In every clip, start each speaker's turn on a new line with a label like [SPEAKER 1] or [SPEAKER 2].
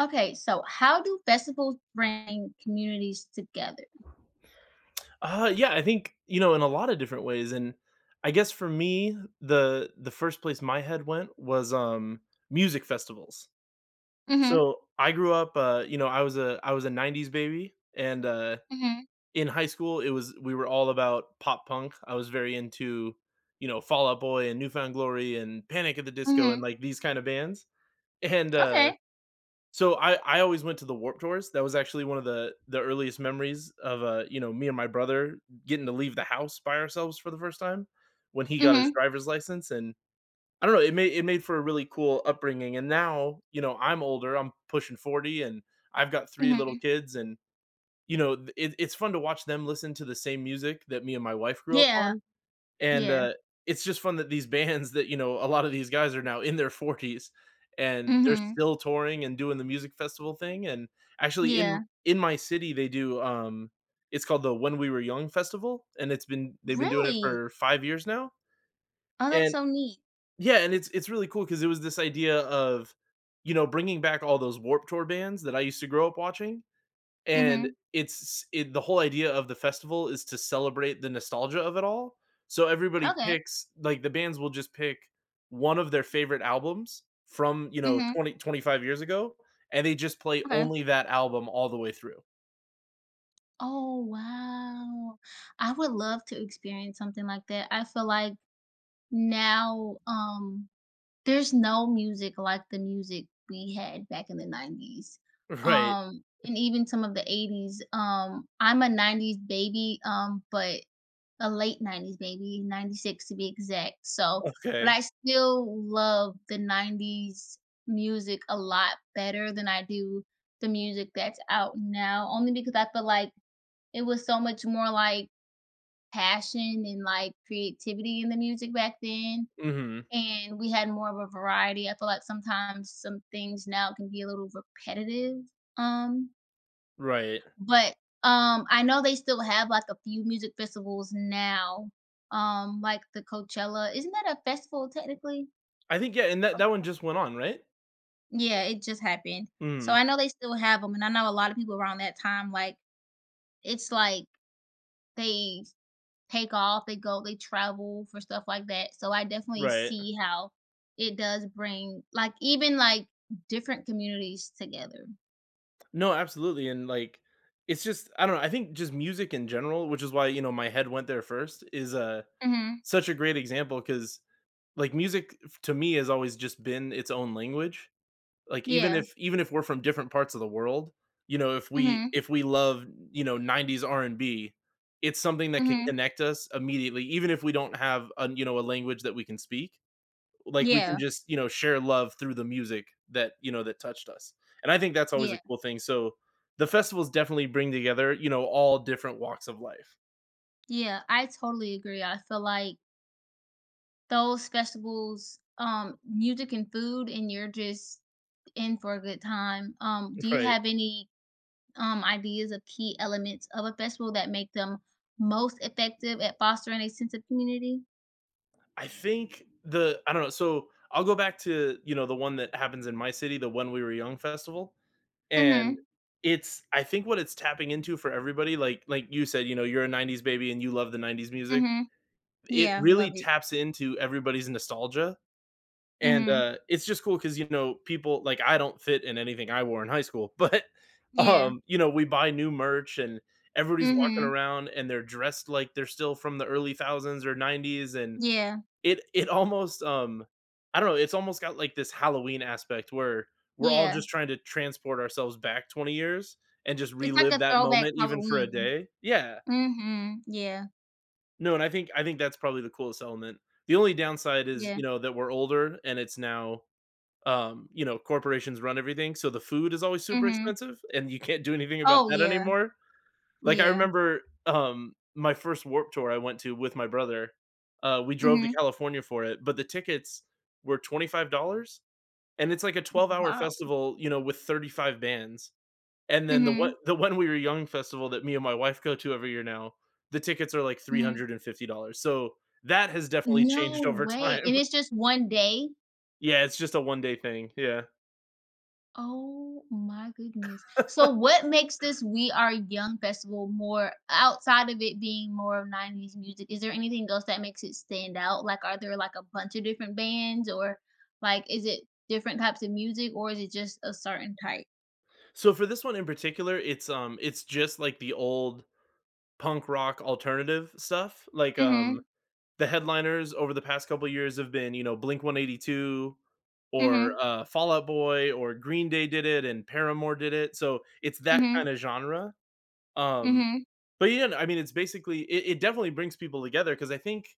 [SPEAKER 1] Okay, so how do festivals bring communities together?
[SPEAKER 2] Yeah, I think, you know, in a lot of different ways, and I guess for me, the first place my head went was, music festivals.
[SPEAKER 1] Mhm,
[SPEAKER 2] So, I grew up, you know, I was a '90s baby, and,
[SPEAKER 1] mhm,
[SPEAKER 2] in high school, it was we were all about pop punk. I was very into, you know, Fall Out Boy and Newfound Glory and Panic at the Disco and,
[SPEAKER 1] mhm.
[SPEAKER 2] like, these kind of bands, and, uh
[SPEAKER 1] Okay.
[SPEAKER 2] so I always went to the Warp Tours. That was actually one of the earliest memories of, you know, me and my brother getting to leave the house by ourselves for the first time when he got his
[SPEAKER 1] Mhm,
[SPEAKER 2] driver's license. And I don't know, it made for a really cool upbringing. And now, you know, I'm older, I'm pushing 40, and I've got 3 little
[SPEAKER 1] mhm.
[SPEAKER 2] kids, and, you know, th it it's fun to watch them listen to the same music that me and my wife grew up
[SPEAKER 1] Yeah,
[SPEAKER 2] on. And,
[SPEAKER 1] yeah.
[SPEAKER 2] it's just fun that these bands that, you know, a lot of these guys are now in their 40s and they're
[SPEAKER 1] Mhm.
[SPEAKER 2] still touring and doing the music festival thing. And actually in
[SPEAKER 1] Yeah.
[SPEAKER 2] in my city, they do, it's called the When We Were Young Festival, and it's been they've been doing it
[SPEAKER 1] Really?
[SPEAKER 2] for 5 years now.
[SPEAKER 1] Oh, that's
[SPEAKER 2] And
[SPEAKER 1] so neat.
[SPEAKER 2] yeah, and it's really cool because it was this idea of, you know, bringing back all those Warped Tour bands that I used to grow up watching. And
[SPEAKER 1] Mhm.
[SPEAKER 2] the whole idea of the festival is to celebrate the nostalgia of it all. So, everybody
[SPEAKER 1] Okay.
[SPEAKER 2] picks like the bands will just pick one of their favorite albums from, you know,
[SPEAKER 1] Mhm.
[SPEAKER 2] 20 25 years ago, and they just play
[SPEAKER 1] Okay.
[SPEAKER 2] only that album all the way through.
[SPEAKER 1] Oh, wow. I would love to experience something like that. I feel like now, there's no music like the music we had back in the 90s,
[SPEAKER 2] Right.
[SPEAKER 1] and even some of the 80s, I'm a 90s baby, but a late 90s baby, 96 to be exact, so but
[SPEAKER 2] Okay.
[SPEAKER 1] I still love the 90s music a lot better than I do the music that's out now, only because I feel like it was so much more, like, passion and, like, creativity in the music back then,
[SPEAKER 2] Mhm.
[SPEAKER 1] and we had more of a variety. I feel like sometimes some things now can be a little repetitive. Um,
[SPEAKER 2] Right.
[SPEAKER 1] but I know they still have like a few music festivals now. Like the Coachella, isn't that a festival technically?
[SPEAKER 2] I think, yeah, and that
[SPEAKER 1] Co-
[SPEAKER 2] that one just went on, right?
[SPEAKER 1] Yeah, it just happened. So
[SPEAKER 2] Mhm.
[SPEAKER 1] I know they still have them, and I know a lot of people around that time like it's like they take off, they go, they travel for stuff like that. So I definitely
[SPEAKER 2] Right.
[SPEAKER 1] see how it does bring like even like different communities together.
[SPEAKER 2] No, absolutely, and like, it's just, I don't know, I think just music in general, which is why, you know, my head went there first is
[SPEAKER 1] Mhm.
[SPEAKER 2] such a great example, cuz, like, music f to me has always just been its own language. Like, even
[SPEAKER 1] Yeah.
[SPEAKER 2] if even if we're from different parts of the world, you know, if we
[SPEAKER 1] Mhm.
[SPEAKER 2] if we love, you know, '90s R&B, it's something that can
[SPEAKER 1] Mhm.
[SPEAKER 2] connect us immediately, even if we don't have a you know, a language that we can speak. Like, we can
[SPEAKER 1] Yeah.
[SPEAKER 2] just, you know, share love through the music that, you know, that touched us, and I think that's always a
[SPEAKER 1] Yeah.
[SPEAKER 2] cool thing, so the festivals definitely bring together, you know, all different walks of life.
[SPEAKER 1] Yeah, I totally agree. I feel like those festivals, music and food, and you're just in for a good time. Do you
[SPEAKER 2] Right?
[SPEAKER 1] have any ideas of key elements of a festival that make them most effective at fostering a sense of community?
[SPEAKER 2] I think the I don't know. So I'll go back to, you know, the one that happens in my city, the When We Were Young festival, and
[SPEAKER 1] Mhm.
[SPEAKER 2] it's I think what it's tapping into for everybody, like you said, you know, you're a '90s baby and you love the '90s music.
[SPEAKER 1] Mhm.
[SPEAKER 2] It
[SPEAKER 1] Yeah,
[SPEAKER 2] really
[SPEAKER 1] love it.
[SPEAKER 2] taps into everybody's nostalgia. And,
[SPEAKER 1] Mhm.
[SPEAKER 2] it's just cool because, you know, people like — I don't fit in anything I wore in high school, but
[SPEAKER 1] Yeah.
[SPEAKER 2] you know, we buy new merch, and everybody's walking
[SPEAKER 1] Mhm.
[SPEAKER 2] around and they're dressed like they're still from the early thousands or '90s. And
[SPEAKER 1] Yeah.
[SPEAKER 2] it almost, I don't know, it's almost got, like, this Halloween aspect where we're all
[SPEAKER 1] Yeah.
[SPEAKER 2] just trying to transport ourselves back 20 years and just
[SPEAKER 1] It's like
[SPEAKER 2] relive
[SPEAKER 1] a
[SPEAKER 2] that
[SPEAKER 1] throwback
[SPEAKER 2] moment even for a
[SPEAKER 1] Halloween.
[SPEAKER 2] day. Yeah.
[SPEAKER 1] Mhm. Yeah.
[SPEAKER 2] No, and I think that's probably the coolest element. The only downside is,
[SPEAKER 1] Yeah.
[SPEAKER 2] you know, that we're older, and it's now, you know, corporations run everything, so the food is always super
[SPEAKER 1] Mhm.
[SPEAKER 2] expensive, and you can't do anything about
[SPEAKER 1] Oh,
[SPEAKER 2] that
[SPEAKER 1] yeah.
[SPEAKER 2] anymore. Like, I
[SPEAKER 1] Yeah.
[SPEAKER 2] remember, my first Warp Tour I went to with my brother. We drove to
[SPEAKER 1] Mhm.
[SPEAKER 2] California for it, but the tickets were $25 and it's like a 12-hour
[SPEAKER 1] Wow.
[SPEAKER 2] festival, you know, with 35 bands. And then
[SPEAKER 1] Mhm.
[SPEAKER 2] the When We Were Young festival that me and my wife go to every year now, the tickets are like
[SPEAKER 1] Mhm.
[SPEAKER 2] $350. So that has definitely
[SPEAKER 1] No
[SPEAKER 2] changed over
[SPEAKER 1] way, and
[SPEAKER 2] time.
[SPEAKER 1] it's just one day?
[SPEAKER 2] Yeah, it's just a one day thing. Yeah.
[SPEAKER 1] Oh my goodness. So what makes this We Are Young festival more outside of it being more of 90s music? Is there anything else that makes it stand out? Like, are there like a bunch of different bands or like is it different types of music or is it just a certain type?
[SPEAKER 2] So for this one in particular, it's just like the old punk rock alternative stuff. Like,
[SPEAKER 1] Mhm.
[SPEAKER 2] the headliners over the past couple years have been, you know, Blink 182 or
[SPEAKER 1] Mhm.
[SPEAKER 2] Fall Out Boy, or Green Day did it, and Paramore did it. So it's that kind
[SPEAKER 1] Mhm.
[SPEAKER 2] of genre. Um,
[SPEAKER 1] Mhm.
[SPEAKER 2] but yeah, I mean, it's it definitely brings people together because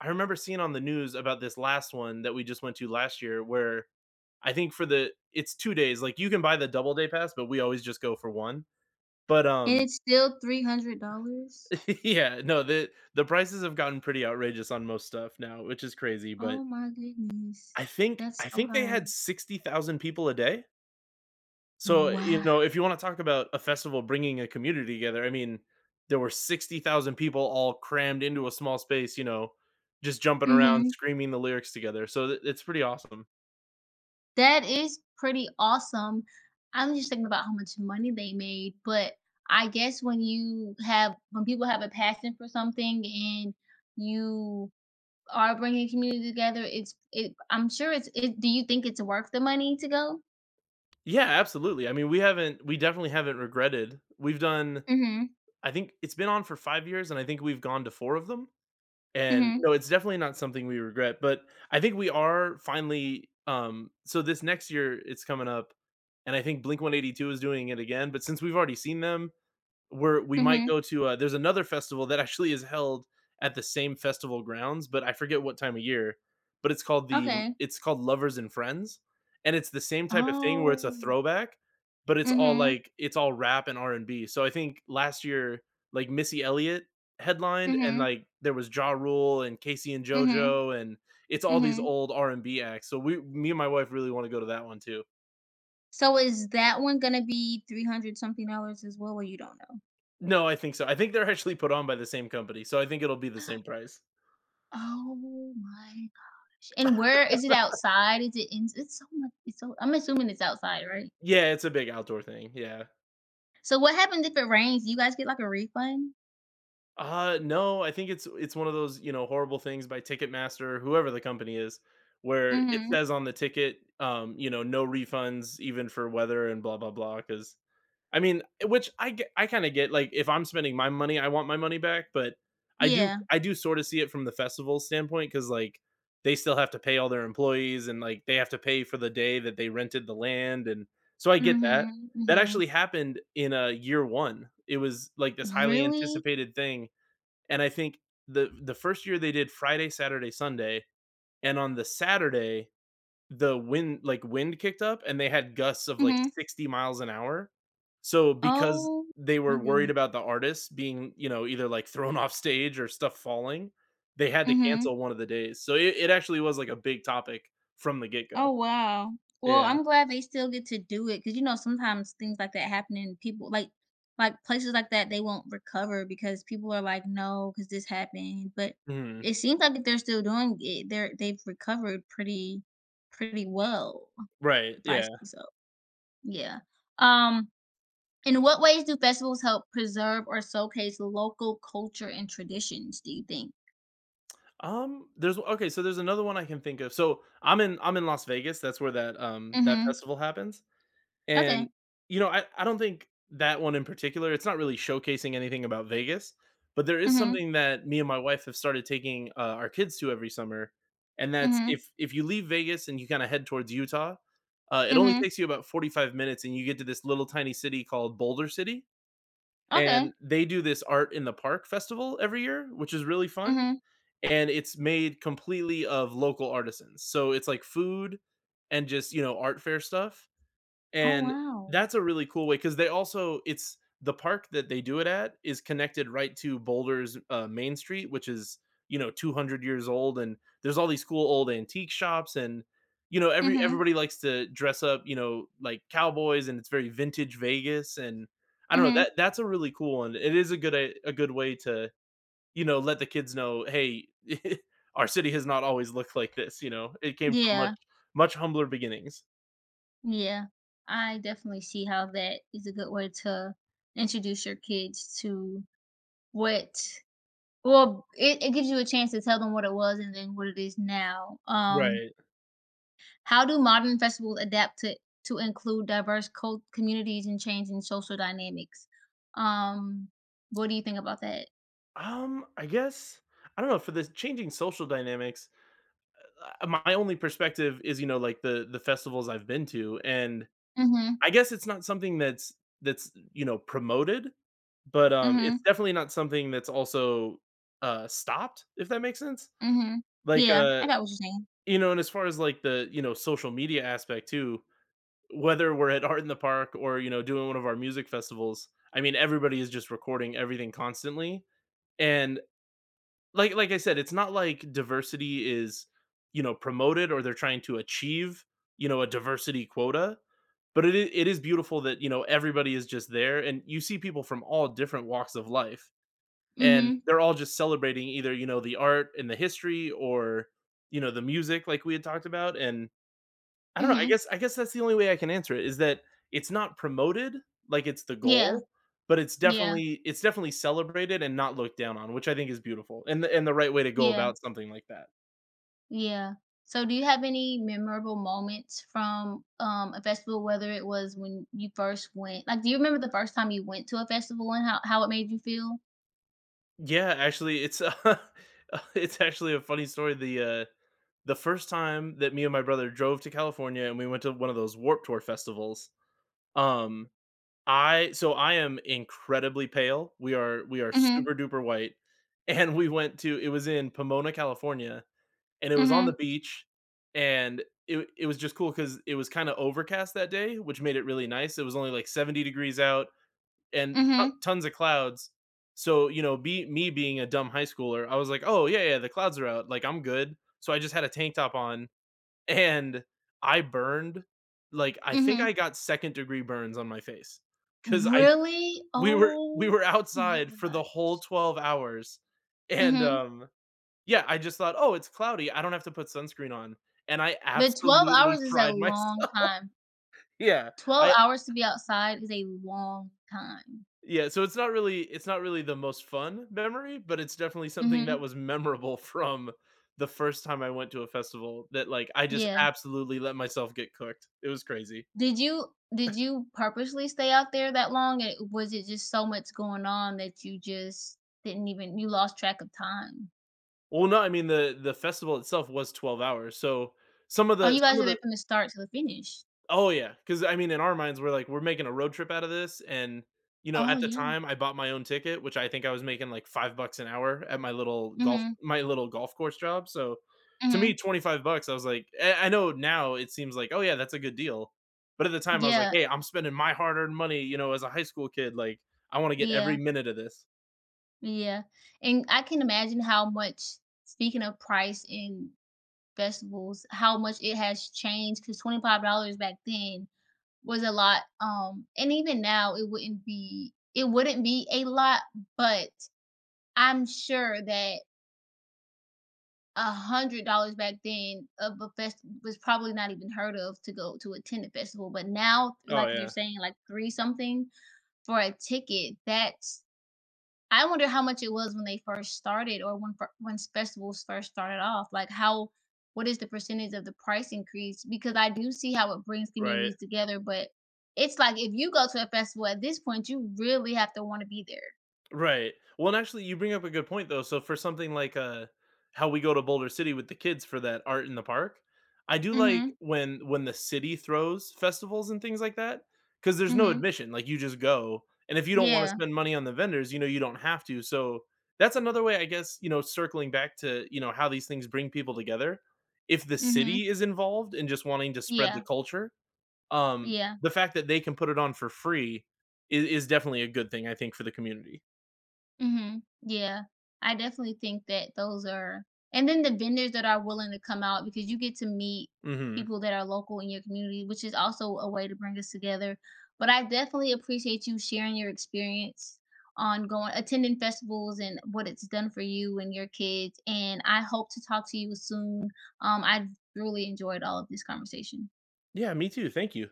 [SPEAKER 2] I remember seeing on the news about this last one that we just went to last year where, I think for the, it's 2 days. Like, you can buy the double day pass, but we always just go for one. But
[SPEAKER 1] And it's still $300?
[SPEAKER 2] yeah, no, the prices have gotten pretty outrageous on most stuff now, which is crazy. But
[SPEAKER 1] Oh my goodness.
[SPEAKER 2] I think
[SPEAKER 1] That's
[SPEAKER 2] I
[SPEAKER 1] so
[SPEAKER 2] think they
[SPEAKER 1] high.
[SPEAKER 2] had 60,000 people a day. So, you know,
[SPEAKER 1] Wow.
[SPEAKER 2] if you wanna talk about a festival bringing a community together, I mean, there were 60,000 people all crammed into a small space, you know, just jumping around,
[SPEAKER 1] Mhm.
[SPEAKER 2] screaming the lyrics together. So, it's pretty awesome.
[SPEAKER 1] That is pretty awesome. I'm just thinking about how much money they made, but I guess when you have when people have a passion for something and you are bringing community together, it's it I'm sure it's it do you think it's worth the money to go?
[SPEAKER 2] Yeah, absolutely. I mean, we definitely haven't regretted. We've done
[SPEAKER 1] Mhm.
[SPEAKER 2] I think it's been on for 5 years, and I think we've gone to 4 of them. And
[SPEAKER 1] Mhm.
[SPEAKER 2] no, it's definitely not something we regret, but I think we are finally so this next year it's coming up, and I think Blink 182 is doing it again, but since we've already seen them, we might
[SPEAKER 1] Mhm.
[SPEAKER 2] go to — there's another festival that actually is held at the same festival grounds, but I forget what time of year, but
[SPEAKER 1] Okay.
[SPEAKER 2] it's called Lovers and Friends, and it's the same type of thing where it's a
[SPEAKER 1] Oh.
[SPEAKER 2] throwback, but it's all,
[SPEAKER 1] Mhm.
[SPEAKER 2] like, it's all rap and R&B. So I think last year, like, Missy Elliott headlined and,
[SPEAKER 1] Mhm.
[SPEAKER 2] like, there was Ja Rule and Casey and
[SPEAKER 1] Mhm.
[SPEAKER 2] JoJo, and it's all these
[SPEAKER 1] Mhm.
[SPEAKER 2] old R&B acts, so we me and my wife really wanna go to that one too.
[SPEAKER 1] So is that one gonna be 300 something dollars as well, or you don't know?
[SPEAKER 2] No, I think so. I think they're actually put on by the same company, so I think it'll be the same price.
[SPEAKER 1] Oh my And where is it outside? Is it in it's so I'm assuming it's outside, right?
[SPEAKER 2] Yeah, it's a big outdoor thing, yeah.
[SPEAKER 1] So what happens if it rains? Do you guys get like a refund?
[SPEAKER 2] No, I think it's one of those, you know, horrible things by Ticketmaster, whoever the company is, where it
[SPEAKER 1] Mhm.
[SPEAKER 2] says on the ticket, you know, "No refunds even for weather," and blah blah blah because. I mean, which I get, I kind of get, like, if I'm spending my money, I want my money back, but I do
[SPEAKER 1] Yeah.
[SPEAKER 2] I do sort of see it from the festival standpoint, cuz, like, they still have to pay all their employees, and, like, they have to pay for the day that they rented the land, and so I get that.
[SPEAKER 1] Mhm,
[SPEAKER 2] That
[SPEAKER 1] mhm.
[SPEAKER 2] actually happened in a year 1. It was, like, this highly
[SPEAKER 1] Really?
[SPEAKER 2] anticipated thing, and I think the first year they did Friday, Saturday, Sunday, and on the Saturday the wind kicked up, and they had gusts of, like,
[SPEAKER 1] Mhm.
[SPEAKER 2] 60 miles an hour. So, because
[SPEAKER 1] Oh
[SPEAKER 2] they were
[SPEAKER 1] my
[SPEAKER 2] worried
[SPEAKER 1] goodness.
[SPEAKER 2] about the artists being, you know, either, like, thrown off stage or stuff falling, they had to
[SPEAKER 1] Mhm.
[SPEAKER 2] cancel one of the days. So, it actually was, like, a big topic from the get-go.
[SPEAKER 1] Oh, wow. Well,
[SPEAKER 2] Yeah.
[SPEAKER 1] I'm glad they still get to do it because you know, sometimes things like that happen and people places like that, they won't recover because people are like, no, because this happened, but
[SPEAKER 2] Mhm.
[SPEAKER 1] it seems like if they're still doing it, they've recovered pretty well,
[SPEAKER 2] Right,
[SPEAKER 1] if I say
[SPEAKER 2] yeah.
[SPEAKER 1] so. Yeah. Um, in what ways do festivals help preserve or showcase local culture and traditions, do you think?
[SPEAKER 2] There's Okay, so there's another one I can think of. So, I'm in Las Vegas, that's where that, that
[SPEAKER 1] Mhm.
[SPEAKER 2] festival happens.
[SPEAKER 1] Okay.
[SPEAKER 2] And, you know, I don't think that one in particular — it's not really showcasing anything about Vegas, but there is
[SPEAKER 1] Mhm.
[SPEAKER 2] something that me and my wife have started taking, our kids to every summer. And that's,
[SPEAKER 1] Mhm.
[SPEAKER 2] if you leave Vegas and you kinda head towards Utah, it only
[SPEAKER 1] Mhm.
[SPEAKER 2] takes you about 45 minutes, and you get to this little tiny city called Boulder City.
[SPEAKER 1] Okay.
[SPEAKER 2] And they do this Art in the Park festival every year, which is really fun,
[SPEAKER 1] Mhm.
[SPEAKER 2] and it's made completely of local artisans. So, it's like food and just, you know, art fair stuff.
[SPEAKER 1] Oh,
[SPEAKER 2] And
[SPEAKER 1] wow.
[SPEAKER 2] that's a really cool way because they also it's the park that they do it at is connected right to Boulder's, main street, which is, you know, 200 years old, and there's all these cool old antique shops, and, you know,
[SPEAKER 1] Mhm.
[SPEAKER 2] everybody likes to dress up, you know, like cowboys, and it's very vintage Vegas. And I don't know,
[SPEAKER 1] Mhm.
[SPEAKER 2] that's a really cool one. It is a good way to, you know, let the kids know, hey, our city has not always looked like this. You know, it came from much
[SPEAKER 1] Yeah,
[SPEAKER 2] much humbler beginnings.
[SPEAKER 1] yeah. I definitely see how that is a good way to introduce your kids to— what well, it gives you a chance to tell them what it was and then what it is now.
[SPEAKER 2] Right.
[SPEAKER 1] How do modern festivals adapt to include diverse cult communities and change in social dynamics? Um, what do you think about that?
[SPEAKER 2] I guess I don't know for the changing social dynamics. My only perspective is, you know, like the festivals I've been to, and
[SPEAKER 1] Mhm.
[SPEAKER 2] I guess it's not something that's promoted, but, it's
[SPEAKER 1] Mhm.
[SPEAKER 2] definitely not something that's also stopped, if that makes sense.
[SPEAKER 1] Mhm.
[SPEAKER 2] Like,
[SPEAKER 1] Yeah,
[SPEAKER 2] uh,
[SPEAKER 1] I got what you're saying.
[SPEAKER 2] you know, and as far as like the, you know, social media aspect too, whether we're at Art in the Park or, you know, doing one of our music festivals, I mean, everybody is just recording everything constantly. And like I said, it's not like diversity is, you know, promoted or they're trying to achieve, you know, a diversity quota, but it is beautiful that, you know, everybody is just there and you see people from all different walks of life, and
[SPEAKER 1] Mhm.
[SPEAKER 2] they're all just celebrating either, you know, the art and the history, or, you know, the music like we had talked about. And I don't know. I
[SPEAKER 1] Mhm.
[SPEAKER 2] guess I guess that's the only way I can answer it, is that it's not promoted, like it's the
[SPEAKER 1] Yeah.
[SPEAKER 2] goal, but it's
[SPEAKER 1] Yeah.
[SPEAKER 2] definitely it's definitely celebrated and not looked down on, which I think is beautiful, and the right way to go
[SPEAKER 1] Yeah.
[SPEAKER 2] about something like that.
[SPEAKER 1] Yeah. So do you have any memorable moments from, a festival, whether it was when you first went like, do you remember the first time you went to a festival and how it made you feel?
[SPEAKER 2] Yeah, actually, it's it's actually a funny story. The first time that me and my brother drove to California, and we went to one of those Warp Tour festivals. Um, I I am incredibly pale. We are
[SPEAKER 1] Mhm,
[SPEAKER 2] super duper white, and we went to, it was in Pomona, California, and it was on the
[SPEAKER 1] mhm,
[SPEAKER 2] beach, and it was just cool because it was kinda overcast that day, which made it really nice. It was only, like, 70 degrees out and
[SPEAKER 1] mhm,
[SPEAKER 2] tons of clouds. So, you know, be me being a dumb high schooler, I was like, "Oh, yeah, yeah, the clouds are out, like, I'm good." So I just had a tank top on, and I burned, like, I think I
[SPEAKER 1] mhm.
[SPEAKER 2] got second-degree burns on my face because I
[SPEAKER 1] Really?
[SPEAKER 2] we were we
[SPEAKER 1] Oh
[SPEAKER 2] were
[SPEAKER 1] my
[SPEAKER 2] outside for
[SPEAKER 1] gosh.
[SPEAKER 2] the whole 12 hours, and,
[SPEAKER 1] Mhm.
[SPEAKER 2] yeah, I just thought, "Oh, it's cloudy, I don't have to put sunscreen on," and I
[SPEAKER 1] But 12
[SPEAKER 2] absolutely
[SPEAKER 1] hours is a
[SPEAKER 2] fried
[SPEAKER 1] long
[SPEAKER 2] myself.
[SPEAKER 1] time.
[SPEAKER 2] Yeah,
[SPEAKER 1] 12
[SPEAKER 2] I
[SPEAKER 1] hours to be outside is a long time.
[SPEAKER 2] yeah, so it's not really the most fun memory, but it's definitely something that
[SPEAKER 1] Mhm.
[SPEAKER 2] was memorable from the first time I went to a festival, that, like, I just
[SPEAKER 1] Yeah.
[SPEAKER 2] absolutely let myself get cooked. It was crazy.
[SPEAKER 1] Did you purposely stay out there that long, and was it just so much going on that you just didn't even you lost track of time?
[SPEAKER 2] Well, no, I mean, the festival itself was 12 hours, so some of
[SPEAKER 1] Oh,
[SPEAKER 2] the
[SPEAKER 1] you guys
[SPEAKER 2] some
[SPEAKER 1] were
[SPEAKER 2] of
[SPEAKER 1] there
[SPEAKER 2] the
[SPEAKER 1] from the start to the finish.
[SPEAKER 2] Oh yeah, because I mean, in our minds, we're like, we're making a road trip out of this, and you know,
[SPEAKER 1] Oh,
[SPEAKER 2] at the
[SPEAKER 1] yeah.
[SPEAKER 2] time, I bought my own ticket, which I think I was making like $5 an hour at
[SPEAKER 1] Mhm,
[SPEAKER 2] my little golf course job. So, to me,
[SPEAKER 1] mhm.
[SPEAKER 2] $25, I was like, I know now it seems like, oh yeah, that's a good deal, but at the time, I was like,
[SPEAKER 1] Yeah,
[SPEAKER 2] hey, I'm spending my hard earned money, you know, as a high school kid, like I want to get every
[SPEAKER 1] yeah,
[SPEAKER 2] minute of this.
[SPEAKER 1] yeah, and I can imagine how much speaking of price in festivals, how much it has changed because $25 back then was a lot, and even now, it wouldn't be a lot, but I'm sure that $100 back then of a fest was probably not even heard of to go to attend a festival. But now,
[SPEAKER 2] Oh
[SPEAKER 1] like you're
[SPEAKER 2] yeah,
[SPEAKER 1] saying, like three something for a ticket. That's I wonder how much it was when they first started, or when when festivals first started off. Like, how what is the percentage of the price increase? Because I do see how it brings
[SPEAKER 2] right.
[SPEAKER 1] communities together, but it's like if you go to a festival at this point, you really have to want to be there.
[SPEAKER 2] Right. Well, and actually, you bring up a good point though. So for something like how we go to Boulder City with the kids for that art in the park, I do like
[SPEAKER 1] Mm-hmm.
[SPEAKER 2] when the city throws festivals and things like that because there's no
[SPEAKER 1] Mm-hmm.
[SPEAKER 2] admission. Like you just go, and if you don't want to
[SPEAKER 1] Yeah.
[SPEAKER 2] spend money on the vendors, you know you don't have to. So that's another way, I guess. You know, circling back to you know how these things bring people together. If the
[SPEAKER 1] Mm-hmm.
[SPEAKER 2] city is involved in just wanting to spread
[SPEAKER 1] Yeah,
[SPEAKER 2] the culture, um,
[SPEAKER 1] yeah.
[SPEAKER 2] the fact that they can put it on for free is definitely a good thing. I think, for the community.
[SPEAKER 1] Mhm. Yeah. I definitely think that those are and then the vendors that are willing to come out because you get to meet
[SPEAKER 2] Mhm.
[SPEAKER 1] people that are local in your community, which is also a way to bring us together. But I definitely appreciate you sharing your experience on going attending festivals and what it's done for you and your kids. And I hope to talk to you soon. I really enjoyed all of this conversation.
[SPEAKER 2] Yeah, me too. Thank you.